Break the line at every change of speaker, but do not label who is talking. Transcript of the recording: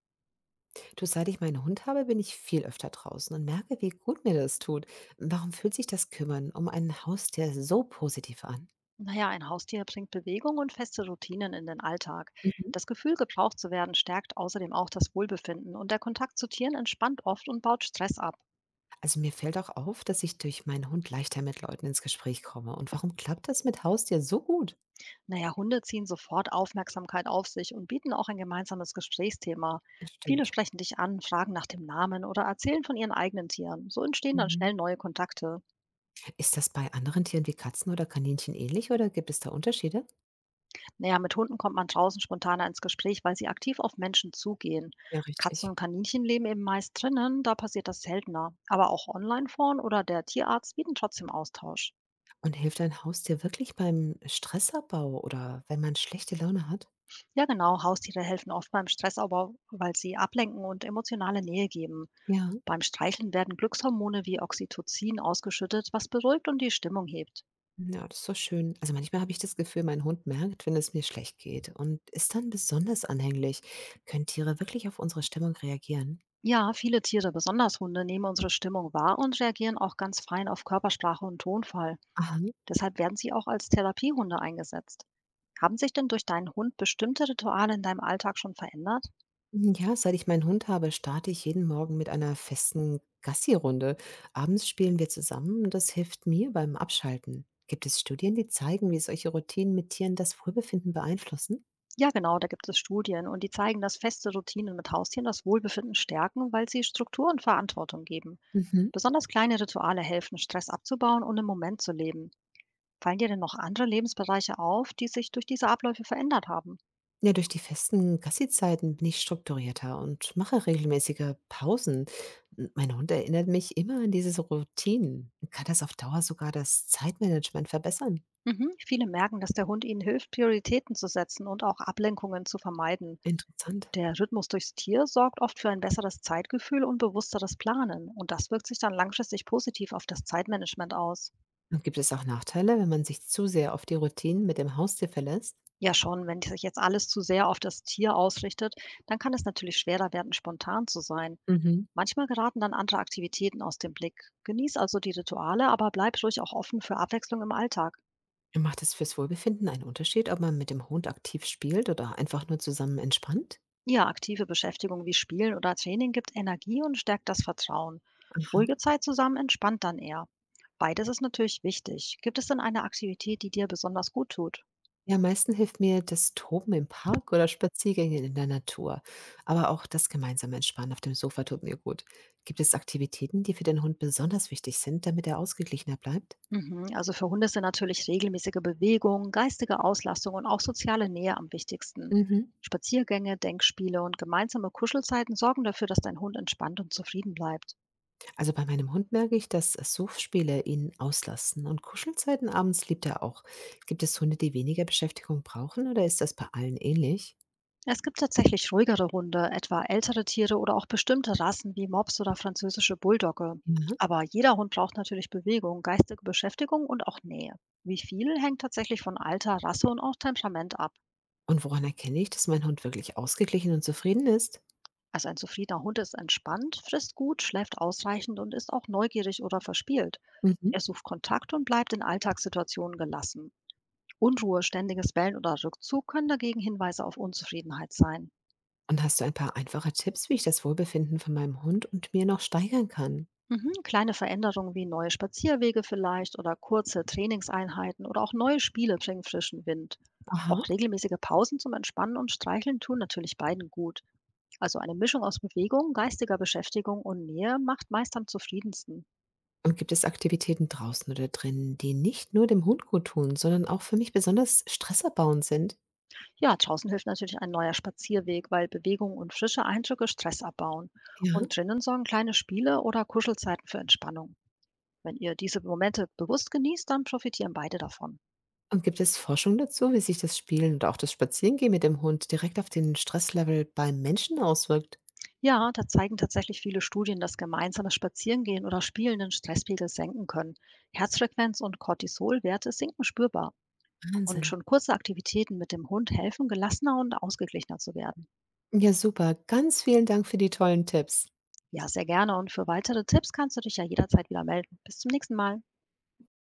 Du, seit ich meinen Hund habe, bin ich viel öfter draußen und merke, wie gut mir das tut. Warum fühlt sich das Kümmern um ein Haustier so positiv an?
Naja, ein Haustier bringt Bewegung und feste Routinen in den Alltag.
Mhm.
Das Gefühl, gebraucht zu werden, stärkt außerdem auch das Wohlbefinden und der Kontakt zu Tieren entspannt oft und baut Stress ab.
Also mir fällt auch auf, dass ich durch meinen Hund leichter mit Leuten ins Gespräch komme. Und warum klappt das mit Haustier so gut?
Naja, Hunde ziehen sofort Aufmerksamkeit auf sich und bieten auch ein gemeinsames Gesprächsthema.
Das
Viele
stimmt.
sprechen dich an, fragen nach dem Namen oder erzählen von ihren eigenen Tieren. So entstehen dann schnell
Mhm.
neue Kontakte.
Ist das bei anderen Tieren wie Katzen oder Kaninchen ähnlich oder gibt es da Unterschiede?
Naja, mit Hunden kommt man draußen spontaner ins Gespräch, weil sie aktiv auf Menschen zugehen.
Ja,
Katzen
richtig.
und Kaninchen leben eben meist drinnen, da passiert das seltener. Aber auch Online-Foren oder der Tierarzt bieten trotzdem Austausch.
Und hilft ein Haustier wirklich beim Stressabbau oder wenn man schlechte Laune hat?
Ja, genau, Haustiere helfen oft beim Stressabbau, weil sie ablenken und emotionale Nähe geben.
Ja.
Beim Streicheln werden Glückshormone wie Oxytocin ausgeschüttet, was beruhigt und die Stimmung hebt.
Ja, das ist doch schön. Also manchmal habe ich das Gefühl, mein Hund merkt, wenn es mir schlecht geht und ist dann besonders anhänglich. Können Tiere wirklich auf unsere Stimmung reagieren?
Ja, viele Tiere, besonders Hunde, nehmen unsere Stimmung wahr und reagieren auch ganz fein auf Körpersprache und Tonfall.
Aha.
Deshalb werden sie auch als Therapiehunde eingesetzt. Haben sich denn durch deinen Hund bestimmte Rituale in deinem Alltag schon verändert?
Ja, seit ich meinen Hund habe, starte ich jeden Morgen mit einer festen Gassi-Runde. Abends spielen wir zusammen und das hilft mir beim Abschalten. Gibt es Studien, die zeigen, wie solche Routinen mit Tieren das Wohlbefinden beeinflussen?
Ja, genau, da gibt es Studien und die zeigen, dass feste Routinen mit Haustieren das Wohlbefinden stärken, weil sie Struktur und Verantwortung geben.
Mhm.
Besonders kleine Rituale helfen, Stress abzubauen und im Moment zu leben. Fallen dir denn noch andere Lebensbereiche auf, die sich durch diese Abläufe verändert haben?
Ja, durch die festen Gassi-Zeiten bin ich strukturierter und mache regelmäßige Pausen. Mein Hund erinnert mich immer an diese so Routinen. Kann das auf Dauer sogar das Zeitmanagement verbessern?
Mhm. Viele merken, dass der Hund ihnen hilft, Prioritäten zu setzen und auch Ablenkungen zu vermeiden.
Interessant.
Der Rhythmus durchs Tier sorgt oft für ein besseres Zeitgefühl und bewussteres Planen. Und das wirkt sich dann langfristig positiv auf das Zeitmanagement aus.
Und gibt es auch Nachteile, wenn man sich zu sehr auf die Routinen mit dem Haustier verlässt?
Ja schon, wenn sich jetzt alles zu sehr auf das Tier ausrichtet, dann kann es natürlich schwerer werden, spontan zu sein.
Mhm.
Manchmal geraten dann andere Aktivitäten aus dem Blick. Genieß also die Rituale, aber bleib ruhig auch offen für Abwechslung im Alltag.
Macht es fürs Wohlbefinden einen Unterschied, ob man mit dem Hund aktiv spielt oder einfach nur zusammen entspannt?
Ja, aktive Beschäftigung wie Spielen oder Training gibt Energie und stärkt das Vertrauen.
Aha.
Ruhige Zeit zusammen entspannt dann eher. Beides ist natürlich wichtig. Gibt es denn eine Aktivität, die dir besonders gut tut?
Ja, am meisten hilft mir das Toben im Park oder Spaziergänge in der Natur. Aber auch das gemeinsame Entspannen auf dem Sofa tut mir gut. Gibt es Aktivitäten, die für den Hund besonders wichtig sind, damit er ausgeglichener bleibt?
Mhm, also für Hunde sind natürlich regelmäßige Bewegung, geistige Auslastung und auch soziale Nähe am wichtigsten.
Mhm.
Spaziergänge, Denkspiele und gemeinsame Kuschelzeiten sorgen dafür, dass dein Hund entspannt und zufrieden bleibt.
Also bei meinem Hund merke ich, dass Suchspiele ihn auslassen und Kuschelzeiten abends liebt er auch. Gibt es Hunde, die weniger Beschäftigung brauchen oder ist das bei allen ähnlich?
Es gibt tatsächlich ruhigere Hunde, etwa ältere Tiere oder auch bestimmte Rassen wie Mops oder französische Bulldogge.
Mhm. Ja.
Aber jeder Hund braucht natürlich Bewegung, geistige Beschäftigung und auch Nähe. Wie viel hängt tatsächlich von Alter, Rasse und auch Temperament ab.
Und woran erkenne ich, dass mein Hund wirklich ausgeglichen und zufrieden ist?
Also ein zufriedener Hund ist entspannt, frisst gut, schläft ausreichend und ist auch neugierig oder verspielt. Er
Mhm.
sucht Kontakt und bleibt in Alltagssituationen gelassen. Unruhe, ständiges Bellen oder Rückzug können dagegen Hinweise auf Unzufriedenheit sein.
Und hast du ein paar einfache Tipps, wie ich das Wohlbefinden von meinem Hund und mir noch steigern kann?
Mhm, kleine Veränderungen wie neue Spazierwege vielleicht oder kurze Trainingseinheiten oder auch neue Spiele bringen frischen Wind. Auch
Aha.
regelmäßige Pausen zum Entspannen und Streicheln tun natürlich beiden gut. Also eine Mischung aus Bewegung, geistiger Beschäftigung und Nähe macht meist am zufriedensten.
Und gibt es Aktivitäten draußen oder drinnen, die nicht nur dem Hund gut tun, sondern auch für mich besonders stressabbauend sind?
Ja, draußen hilft natürlich ein neuer Spazierweg, weil Bewegung und frische Eindrücke Stress abbauen.
Ja.
Und drinnen sorgen kleine Spiele oder Kuschelzeiten für Entspannung. Wenn ihr diese Momente bewusst genießt, dann profitieren beide davon.
Und gibt es Forschung dazu, wie sich das Spielen und auch das Spazierengehen mit dem Hund direkt auf den Stresslevel beim Menschen auswirkt?
Ja, da zeigen tatsächlich viele Studien, dass gemeinsames Spazierengehen oder Spielen den Stresspegel senken können. Herzfrequenz und Cortisolwerte sinken spürbar. Und
Wahnsinn.
schon kurze Aktivitäten mit dem Hund helfen, gelassener und ausgeglichener zu werden.
Ja, super. Ganz vielen Dank für die tollen Tipps.
Ja, sehr gerne. Und für weitere Tipps kannst du dich ja jederzeit wieder melden. Bis zum nächsten Mal.